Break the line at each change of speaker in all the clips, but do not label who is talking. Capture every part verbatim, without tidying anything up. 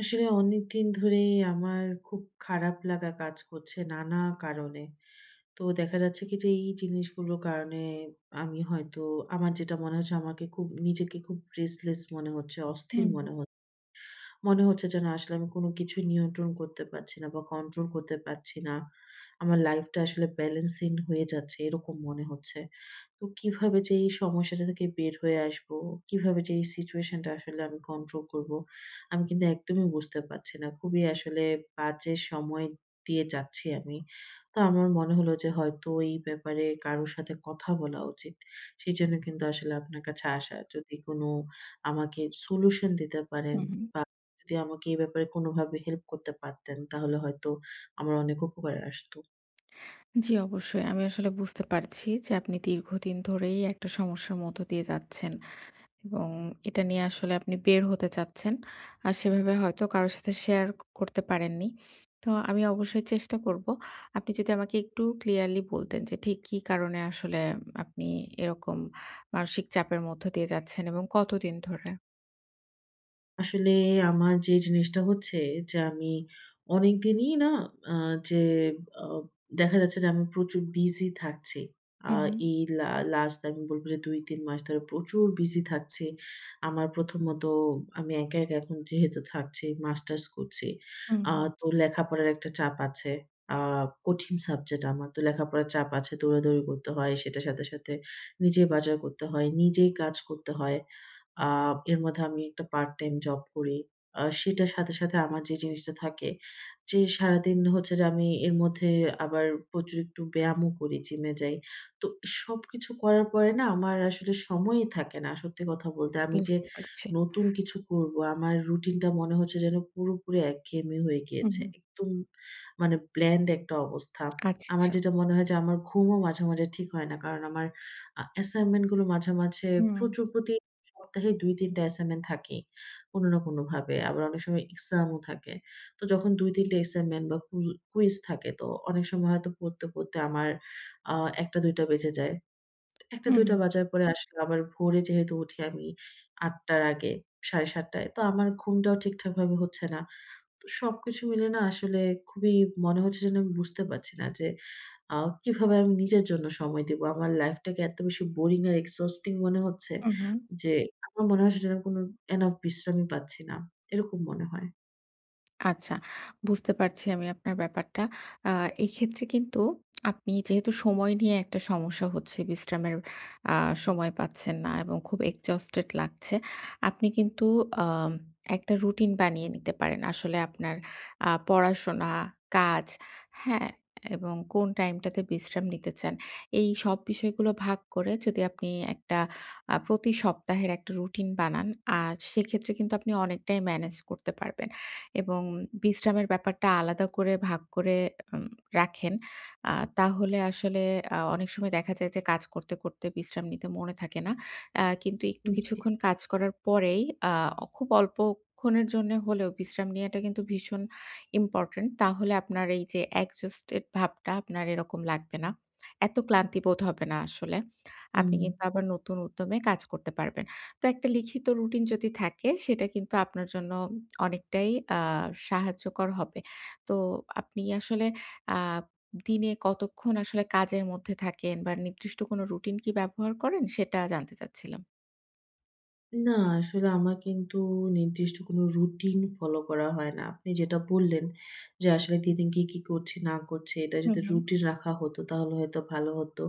আসলে অনেকদিন ধরেই আমার খুব খারাপ লাগা কাজ করছে নানা কারণে। তো দেখা যাচ্ছে কি যে এই জিনিসগুলোর কারণে আমি হয়তো আমার যেটা মনে হচ্ছে আমাকে খুব নিজেকে খুব রেস্টলেস মনে হচ্ছে, অস্থির
হুম,
মনে হচ্ছে। মনে হচ্ছে যে না আসলে আমি কোনো কিছু নিয়ন্ত্রণ করতে পারছি না বা কন্ট্রোল করতে পারছি না। আমার লাইফটা আসলে ব্যালেন্সিং হয়ে যাচ্ছে এরকম মনে হচ্ছে। তো কিভাবে যে এই সমস্যাটা থেকে বের হয়ে আসবো, কিভাবে যে এই সিচুয়েশনটা আসলে আমি কন্ট্রোল করবো, আমি কিন্তু একদমই বুঝতে পারছি না। খুবই আসলে বাজে সময় দিয়ে যাচ্ছি আমি। তো আমার মনে হলো যে হয়তো এই ব্যাপারে কারো সাথে কথা বলা উচিত। সেজন্য কিন্তু আসলে আপনার কাছে আসা। যদি কোনো আমাকে সলিউশন দিতে পারেন
হুম, হুম।
বা যদি আমাকে এই ব্যাপারে কোনোভাবে হেল্প করতে পারতেন তাহলে হয়তো আমার অনেক উপকারে আসতো।
জি, অবশ্যই। আমি আসলে বুঝতে পারছি যে আপনি দীর্ঘদিন ধরেই একটা সমস্যার মধ্য দিয়ে যাচ্ছেন এবং এটা নিয়ে আসলে আপনি বের হতে চাচ্ছেন। আর সেভাবে হয়তো কারো সাথে শেয়ার করতে পারেননি। তো আমি অবশ্যই চেষ্টা করব। আপনি যদি আমাকে একটু ক্লিয়ারলি বলতেন যে ঠিক কি কারণে আসলে আপনি এরকম মানসিক চাপের মধ্য দিয়ে যাচ্ছেন এবং কতদিন ধরে?
আসলে আমার যে জিনিসটা হচ্ছে যে আমি অনেকদিনই না আ যে আ দেখা যাচ্ছে যে আমি প্রচুর বিজি থাকছি। আ
হুম, হুম,
এই লা লাস্ট আমি বলব যে দুই তিন মাস ধরে প্রচুর বিজি থাকছি। আমার প্রথমত আমি একা, একা এখন যেহেতু থাকছি, মাস্টার্স করছি।
হুম,
আ
হুম।
তো লেখাপড়ার একটা চাপ আছে। আ কঠিন সাবজেক্ট আমার। তো লেখাপড়ার চাপ আছে। দৌড়াদৌড়ি করতে হয়। সেটার সাথে, সাথে নিজে বাজার করতে হয়। নিজেই কাজ করতে হয়। আ এর মধ্যে আমি একটা পার্ট টাইম জব করি। আ সেটার সাথে, সাথে আমার যে জিনিসটা থাকে যে সারাদিন হচ্ছে যে আমি এর মধ্যে আবার প্রচুর একটু ব্যায়ামও করি, জিমে যাই। তো সবকিছু করার পরে না আমার আসলে সময়ই থাকে না। সত্যি কথা বলতে আমি যে
বুঝতে পারছি।
নতুন কিছু করব, আমার রুটিনটা মনে হচ্ছে যেন পুরোপুরি একঘেয়েমি হয়ে
হুম,
গিয়েছে।
হুম।
একদম মানে ব্ল্যান্ড একটা অবস্থা।
আচ্ছা,
আমার
আচ্ছা।
যেটা মনে হয় যে আমার ঘুমও মাঝে, মাঝে ঠিক হয় না। কারণ আমার আ অ্যাসাইনমেন্ট গুলো মাঝে, মাঝে
হুম,
প্রচুর প্রতি সপ্তাহে দুই তিন টা অ্যাসাইনমেন্ট থাকেই। কোনো না কোনোভাবে। আবার অনেক সময় এক্সামও থাকে। তো যখন দুই তিন টা অ্যাসাইনমেন্ট বা কুজ কুইজ থাকে তো অনেক সময় হয়তো পড়তে, পড়তে আমার আ একটা-দুই টা বেজে যায়।
হুম,
একটা-দুই টা
হুম,
বাজার পরে আসলে আবার ভোরে যেহেতু উঠি আমি আটটার আগে সাড়ে সাতটা টায়। তো আমার ঘুমটাও ঠিকঠাকভাবে হচ্ছে না। তো সবকিছু মিলে না আসলে খুবই মনে হচ্ছে যেন আমি বুঝতে পারছি না যে আ কিভাবে আমি নিজের জন্য সময় দিবো? আমার লাইফটাকে এত বেশি বোরিং আর এক্সহস্টিং মনে হচ্ছে
হুম, হুম।
যে আমার মনে হয় সেটা কোনো এনাফ বিশ্রামই পাচ্ছি না। এরকম মনে হয়।
আচ্ছা, বুঝতে পারছি আমি আপনার ব্যাপারটা। আ এক্ষেত্রে কিন্তু আপনি যেহেতু সময় নিয়ে একটা সমস্যা হচ্ছে, বিশ্রামের আ সময় পাচ্ছেন না এবং খুব exhausted লাগছে। আপনি কিন্তু আম একটা রুটিন বানিয়ে নিতে পারেন। আসলে আপনার আ পড়াশোনা, কাজ, হ্যাঁ? এবং কোন টাইমটাতে বিশ্রাম নিতে চান। এই সব বিষয়গুলো ভাগ করে যদি আপনি একটা আ প্রতি সপ্তাহের একটা রুটিন বানান, আর সেক্ষেত্রে কিন্তু আপনি অনেকটাই ম্যানেজ করতে পারবেন। এবং বিশ্রামের ব্যাপারটা আলাদা করে ভাগ করে উম রাখেন। আ তাহলে আসলে আ অনেক সময় দেখা যায় যে কাজ করতে, করতে বিশ্রাম নিতে মনে থাকে না। আ কিন্তু একটু
হুম,
কিছুক্ষণ কাজ করার পরেই আ খুব অল্পক্ষণের জন্যে হলেও বিশ্রাম নেওয়াটা কিন্তু ভীষণ ইম্পোর্টেন্ট। তাহলে আপনার এই যে exhausted ভাবটা আপনার এরকম লাগবে না। এত ক্লান্তি বোধ হবে না আসলে। আপনি
হুম।
কিন্তু আবার নতুন উদ্যমে কাজ করতে পারবেন। তো একটা লিখিত রুটিন যদি থাকে সেটা কিন্তু আপনার জন্য অনেকটাই আ সাহায্যকর হবে। তো আপনি আসলে আ দিনে কতক্ষণ আসলে কাজের মধ্যে থাকেন বা নির্দিষ্ট কোনো রুটিন কি ব্যবহার করেন? সেটা জানতে চাচ্ছিলাম।
না, আসলে আমার কিন্তু নির্দিষ্ট কোনো রুটিন ফলো করা হয় না। আপনি যেটা বললেন যে আসলে দিনে গিয়ে কি করছি না করছি এটা
হুম,
যদি
হুম।
রুটিন রাখা হতো তাহলে হয়তো ভালো হতো।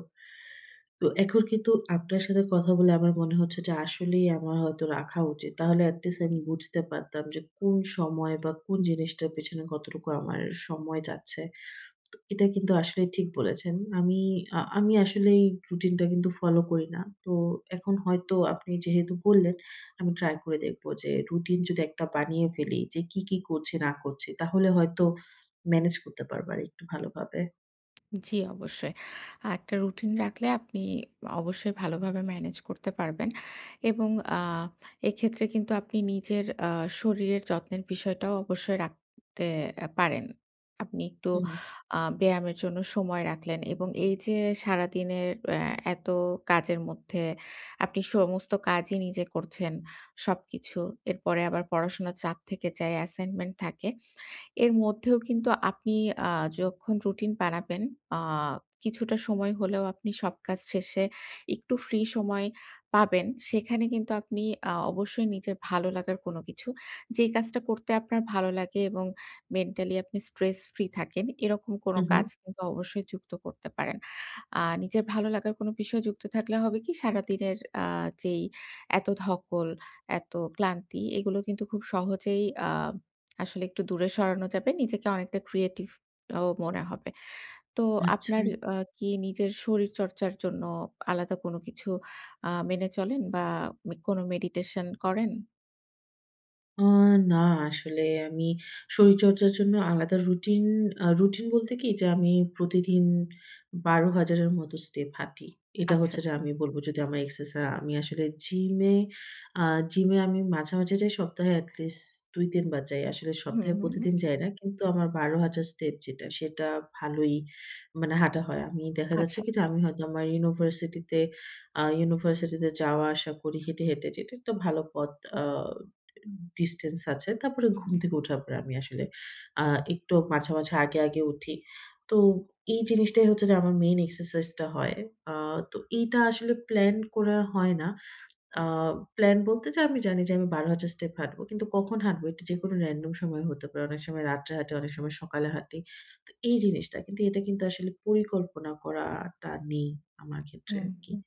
তো এখন কিন্তু আপনার সাথে কথা বলে আমার মনে হচ্ছে যে আসলেই আমার হয়তো রাখা উচিত। তাহলে at least আমি বুঝতে পারতাম যে কোন সময় বা কোন জিনিসটার পেছনে কতটুকু আমার সময় যাচ্ছে। তো এটা কিন্তু আসলে ঠিক বলেছেন। আমি আ আমি আসলে এই রুটিনটা কিন্তু ফলো করি না। তো এখন হয়তো আপনি যেহেতু বললেন, আমি ট্রাই করে দেখব যে রুটিন যদি একটা বানিয়ে ফেলি যে কি, কি করছি না করছি তাহলে হয়তো ম্যানেজ করতে পারবো আরেকটু ভালোভাবে।
জি, অবশ্যই। আ একটা রুটিন রাখলে আপনি অবশ্যই ভালোভাবে ম্যানেজ করতে পারবেন এবং আ এক্ষেত্রে কিন্তু আপনি নিজের আ শরীরের যত্নের বিষয়টাও অবশ্যই রাখতে আ পারেন। আপনি একটু
হুম,
আ ব্যায়ামের জন্য সময় রাখলেন এবং এই যে সারাদিনের অ্যা এত কাজের মধ্যে আপনি সমস্ত কাজই নিজে করছেন সবকিছু। এরপরে আবার পড়াশোনার চাপ থেকে যায়, অ্যাসাইনমেন্ট থাকে। এর মধ্যেও কিন্তু আপনি আ যখন রুটিন বানাবেন, আ কিছুটা সময় হলেও আপনি সব কাজ শেষে একটু ফ্রি সময় পাবেন। সেখানে কিন্তু আপনি আ অবশ্যই নিজের ভালো লাগার কোনো কিছু, যেই কাজটা করতে আপনার ভালো লাগে এবং মেন্টালি আপনি স্ট্রেস ফ্রি থাকেন, এরকম কোনো
উহু,
কাজ কিন্তু অবশ্যই যুক্ত করতে পারেন। আ নিজের ভালো লাগার কোনো বিষয় যুক্ত থাকলে হবে কি সারাদিনের আ যেই এত ধকল, এত ক্লান্তি এগুলো কিন্তু খুব সহজেই আ আসলে একটু দূরে সরানো যাবে। নিজেকে অনেকটা ক্রিয়েটিভ ও মনে হবে। তো
আচ্ছা।
আপনার আ কি নিজের শরীরচর্চার জন্য আলাদা কোনো কিছু আ মেনে চলেন বা মে কোনো মেডিটেশন করেন?
আ না আসলে আমি শরীরচর্চার জন্য আলাদা রুটিন আ রুটিন বলতে কি? যে আমি প্রতিদিন বারো হাজার এর মতো স্টেপ হাঁটি। এটা
আচ্ছা,
হচ্ছে যে
আচ্ছা।
আমি বলব যদি আমার এক্সারসা আমি আসলে জিমে আ জিমে আমি মাঝে, মাঝে যাই সপ্তাহে এট লিস্ট দুই তিন বার যাই। আসলে
হুম,
সপ্তাহে
হুম, হুম।
প্রতিদিন যাই না। কিন্তু আমার বারো হাজার স্টেপ যেটা সেটা ভালোই মানে হাঁটা হয়। আমি দেখা যাচ্ছে
আচ্ছা।
কি? যে আমি হয়তো আমার ইউনিভার্সিটিতে আ ইউনিভার্সিটিতে যাওয়া আসা করি হেঁটে, হেঁটে যেটা একটা ভালো পথ আ ডিসট্যান্স আছে। তারপরে
হুম,
ঘুম
হুম,
থেকে ওঠার পরে আমি আসলে আ একটু মাঝে, মাঝে আগে, আগে উঠি। তো এই জিনিসটাই হচ্ছে যে আমার মেইন এক্সারসাইজটা হয়। আ তো এইটা আসলে প্ল্যান করা হয় না। আ প্ল্যান বলতে যে আমি জানি যে আমি বারো হাজার স্টেপ হাঁটবো। কিন্তু কখন হাঁটবো এটা যেকোনো র‍্যান্ডম সময়ে হতে পারে। অনেক সময় রাত্রে হাঁটি, অনেক সময় সকালে হাঁটি। তো এই জিনিসটা। কিন্তু এটা কিন্তু আসলে পরিকল্পনা করাটা নেই আমার ক্ষেত্রে
হুম।
আরকি।
হুম।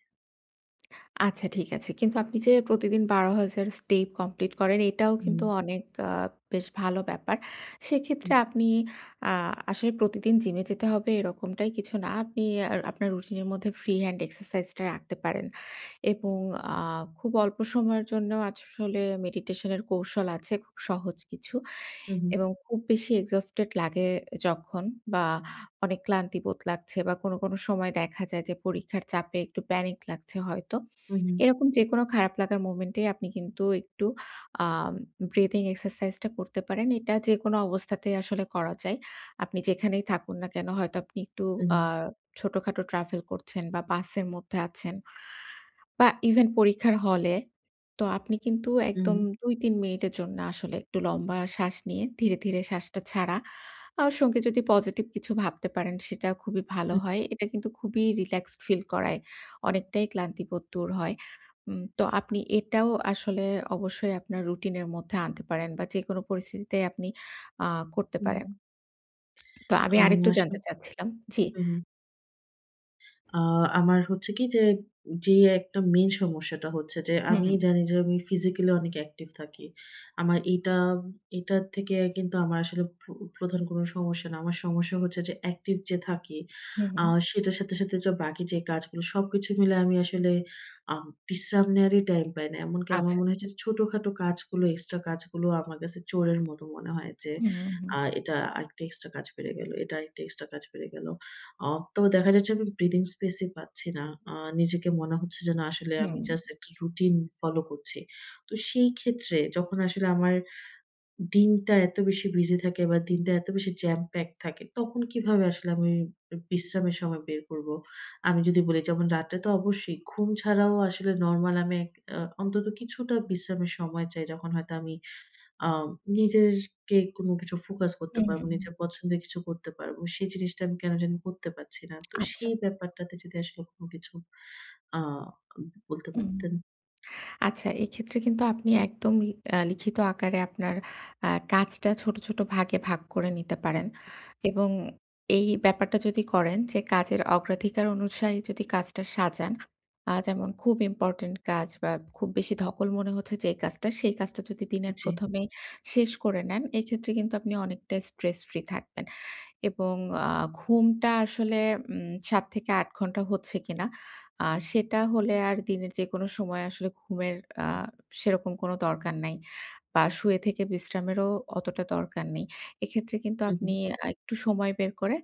আচ্ছা, ঠিক আছে। কিন্তু আপনি যে প্রতিদিন বারো হাজার স্টেপ কমপ্লিট করেন এটাও
হুম,
কিন্তু অনেক আ বেশ ভালো ব্যাপার। সেক্ষেত্রে
হুম,
আপনি আ আসলে প্রতিদিন জিমে যেতে হবে এরকমটাই কিছু না। আপনি আর আপনার রুটিনের মধ্যে ফ্রি হ্যান্ড এক্সারসাইজটা রাখতে পারেন। এবং আ খুব অল্প সময়ের জন্যেও আসলে মেডিটেশন এর কৌশল আছে খুব সহজ কিছু
হুম, হুম,
এবং খুব বেশি এক্সহস্টেড লাগে যখন বা অনেক ক্লান্তি বোধ লাগছে বা কোনো, কোনো সময় দেখা যায় যে পরীক্ষার চাপে একটু প্যানিক লাগছে হয়তো।
হুম,
এরকম যেকোনো খারাপ লাগার মোমেন্টে আপনি কিন্তু একটু আম ব্রিথিং এক্সারসাইজ টা করতে পারেন। এটা যেকোনো অবস্থাতেই আসলে করা যায়। আপনি যেখানেই থাকুন না কেন হয়তো আপনি একটু
হুম,
আ ছোটখাটো ট্রাভেল করছেন বা বাসের মধ্যে আছেন। বা ইভেন পরীক্ষার হলে। তো আপনি কিন্তু
হুম,
একদম দুই তিন মিনিটের জন্য আসলে একটু লম্বা শ্বাস নিয়ে ধীরে, ধীরে শ্বাসটা ছাড়া আর সঙ্গে যদি পজিটিভ কিছু ভাবতে পারেন সেটা খুবই ভালো
হুম,
হয়। এটা কিন্তু খুবই রিল্যাক্সড ফিল করায়। অনেকটাই ক্লান্তিবোধ দূর হয়। উম তো আপনি
আচ্ছা।
এটাও আসলে অবশ্যই আপনার রুটিনের মধ্যে আনতে পারেন বা যেকোনো পরিস্থিতিতেই আপনি আ করতে
হুম।
পারেন। তো আমি
আ
আরেকটু
আসলে
জানতে চাচ্ছিলাম জি।
হুম, আ আমার হচ্ছে কি যে, যে একটা মেইন সমস্যাটা হচ্ছে যে,
হুম,
আমি
হুম।
জানি যে আমি ফিজিক্যালি অনেক অ্যাক্টিভ থাকি। আমার এটা এটার থেকে কিন্তু আমার আসলে প্র প্রধান কোনো সমস্যা না। আমার সমস্যা হচ্ছে যে অ্যাক্টিভ যে থাকি,
হুম,
আ
হুম।
সেটার সাথে, সাথে যে বাকি যে কাজগুলো সবকিছু মিলে আমি আসলে আম বিশ্রাম নেওয়ারই টাইম পাই না। এমনকি আমার
আচ্ছা।
মনে হয় যে ছোটখাটো কাজগুলো, এক্সট্রা কাজগুলো আমার কাছে চোরের মতো মনে হয় যে,
হুম, হুম, হুম।
আ এটা আরেকটা এক্সট্রা কাজ বেড়ে গেল, এটা আরেকটা এক্সট্রা কাজ বেড়ে গেল। অ তো দেখা যাচ্ছে আমি ব্রিদিং স্পেস ই পাচ্ছি না। আ নিজেকে মনে হচ্ছে যে না আসলে আমি
হুম,
জাস্ট একটা রুটিন ফলো করছি। তো সেই ক্ষেত্রে যখন আসলে আমার দিনটা এত বেশি বিজি থাকে বা দিনটা এত বেশি জ্যাম প্যাক থাকে তখন কিভাবে আসলে আমি বিশ্রামের সময় বের করব? আমি যদি বলি যেমন রাতে তো অবশ্যই ঘুম ছাড়াও আসলে নরমাল আমি এক আ অন্তত কিছুটা বিশ্রামের সময় চাই যখন হয়তো আমি আম নিজেরকে কোনো কিছু ফোকাস করতে
হুম,
পারবো,
হুম, হুম।
নিজের পছন্দের কিছু করতে পারবো। সেই জিনিসটা আমি কেন জানি করতে পারছি না। তো
আচ্ছা।
সেই ব্যাপারটাতে যদি আসলে কোনো কিছু আ বলতে
হুম।
পারতেন।
আচ্ছা, এক্ষেত্রে কিন্তু আপনি একদম ই আ লিখিত আকারে আপনার আ কাজটা ছোট, ছোট ভাগে ভাগ করে নিতে পারেন এবং এই ব্যাপারটা যদি করেন যে কাজের অগ্রাধিকার অনুসারে যদি কাজটা সাজান, আ যেমন খুব ইম্পোর্টেন্ট কাজ বা খুব বেশি ধকল মনে হচ্ছে যে কাজটা, সেই কাজটা যদি দিনের
জি।
প্রথম এই শেষ করে নেন, এক্ষেত্রে কিন্তু আপনি অনেকটা স্ট্রেস ফ্রি থাকবেন এবং আ ঘুমটা আসলে উম সাত থেকে আট ঘন্টা হচ্ছে কিনা আ সেটা হলে আর দিনের যেকোনো সময় আসলে ঘুমের আ সেরকম কোনো দরকার নাই বা শুয়ে থেকে বিশ্রামেরও অতটা দরকার নেই। এক্ষেত্রে কিন্তু
হু, হু।
আপনি আ একটু সময় বের করে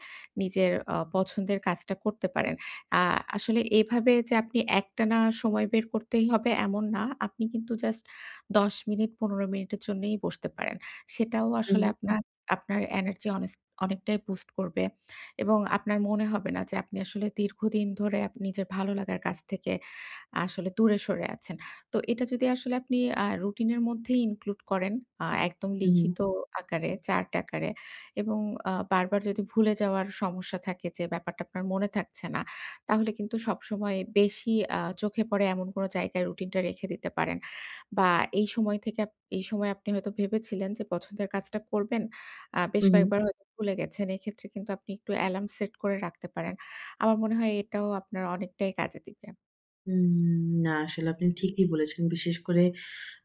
নিজের আ পছন্দের কাজটা করতে পারেন। আ আসলে এভাবে যে আপনি একটানা সময় বের করতেই হবে এমন না। আপনি কিন্তু জাস্ট দশ মিনিট পনেরো মিনিটের জন্যেই বসতে পারেন। সেটাও
হু,
আসলে
হু।
আপনার আপনার এনার্জি অনেস অনেকটাই বুস্ট করবে। এবং আপনার মনে হবে না যে আপনি আসলে দীর্ঘদিন ধরে আপ নিজের ভালো লাগার কাছ থেকে আসলে দূরে সরে আছেন। তো এটা যদি আসলে আপনি আ রুটিনের মধ্যেই ইনক্লুড করেন, আ একদম
হু,
লিখিত আকারে, চার্ট আকারে এবং আ বারবার যদি ভুলে যাওয়ার সমস্যা থাকে যে ব্যাপারটা আপনার মনে থাকছে না, তাহলে কিন্তু সবসময় বেশি আ চোখে পড়ে এমন কোনো জায়গায় রুটিনটা রেখে দিতে পারেন। বা এই সময় থেকে আপ এই সময় আপনি হয়তো ভেবেছিলেন যে পছন্দের কাজটা করবেন। আ বেশ
হু।
কয়েকবার হয়তো ভুলে গেছেন। এক্ষেত্রে কিন্তু আপনি একটু অ্যালার্ম সেট করে রাখতে পারেন। আমার মনে হয় এটাও আপনার অনেকটাই কাজে দিবে।
হুম, না আসলে আপনি ঠিকই বলেছেন। বিশেষ করে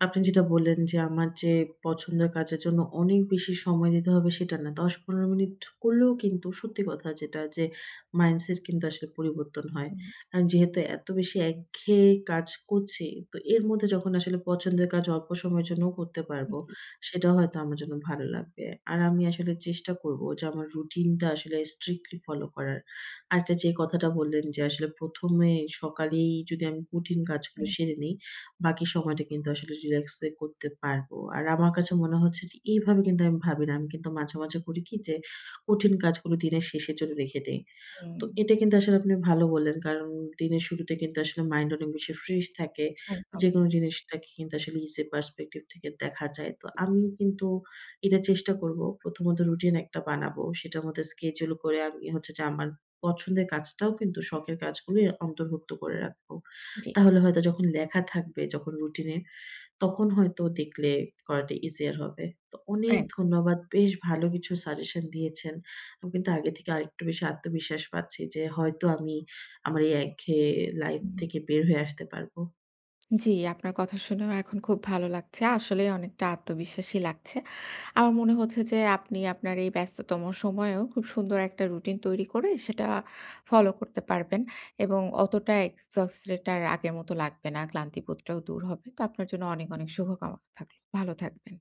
আপনি যেটা বললেন যে, আমার যে পছন্দের কাজের জন্য অনেক বেশি সময় দিতে হবে সেটা না। দশ পনেরো মিনিট করলেও কিন্তু সত্যি কথা যেটা যে মাইন্ডসেট কিন্তু আসলে পরিবর্তন হয়।
হুম।
কারণ যেহেতু এত বেশি একঘেয়ে কাজ করছি, তো এর মধ্যে যখন আসলে পছন্দের কাজ অল্প সময়ের জন্যও করতে পারবো,
জি।
সেটা হয়তো আমার জন্য ভালো লাগবে। আর আমি আসলে চেষ্টা করব যে আমার রুটিনটা আসলে স্ট্রিক্টলি ফলো করার। আরেকটা যে কথাটা বললেন যে আসলে প্রথম এ সকালেই যদি আমি কঠিন কাজগুলো
হুম।
সেরে নেই, বাকি সময়টা কিন্তু আসলে রিল্যাক্সে করতে পারবো। আর আমার কাছে মনে হচ্ছে যে এইভাবে কিন্তু আমি ভাবি না। আমি কিন্তু মাঝে, মাঝে করি কি যে কঠিন কাজগুলো দিনের শেষের জন্য রেখে দেই।
হুম,
তো এটা কিন্তু আসলে আপনি ভালো বললেন। কারণ দিনের শুরুতে কিন্তু আসলে মাইন্ড অনেক বেশি ফ্রেশ থাকে।
একদম।
যেকোনো জিনিসটাকে কিন্তু আসলে ইজি পার্সপেক্টিভ থেকে দেখা যায়। তো আমি কিন্তু এটা চেষ্টা করব। প্রথমত রুটিন একটা বানাবো। সেটার মধ্যে স্কেডিউল করে আমি হচ্ছে যে আমার পছন্দের কাজটাও কিন্তু শখের কাজগুলোই অন্তর্ভুক্ত করে রাখবো।
জি,
তাহলে হয়তো যখন লেখা থাকবে যখন রুটিনে তখন হয়তো দেখলে করাটা ইজিয়ার হবে। তো অনেক
এক
ধন্যবাদ। বেশ ভালো কিছু সাজেশন দিয়েছেন। আমি কিন্তু আগে থেকে আরেকটু বেশি আত্মবিশ্বাস পাচ্ছি যে হয়তো আমি আমার এই একঘেয়ে লাইফ থেকে বের হয়ে আসতে পারবো।
জি, আপনার কথা শুনেও এখন খুব ভালো লাগছে। আসলেই অনেকটা আত্মবিশ্বাসী লাগছে। আমার মনে হচ্ছে যে আপনি আপনার এই ব্যস্ততম সময়েও খুব সুন্দর একটা রুটিন তৈরি করে সেটা ফলো করতে পারবেন এবং অতটা exhausted আর আগের মতো লাগবে না। ক্লান্তিবোধটাও দূর হবে। তো আপনার জন্য অনেক, অনেক শুভকামনা থাকলো। ভালো থাকবেন।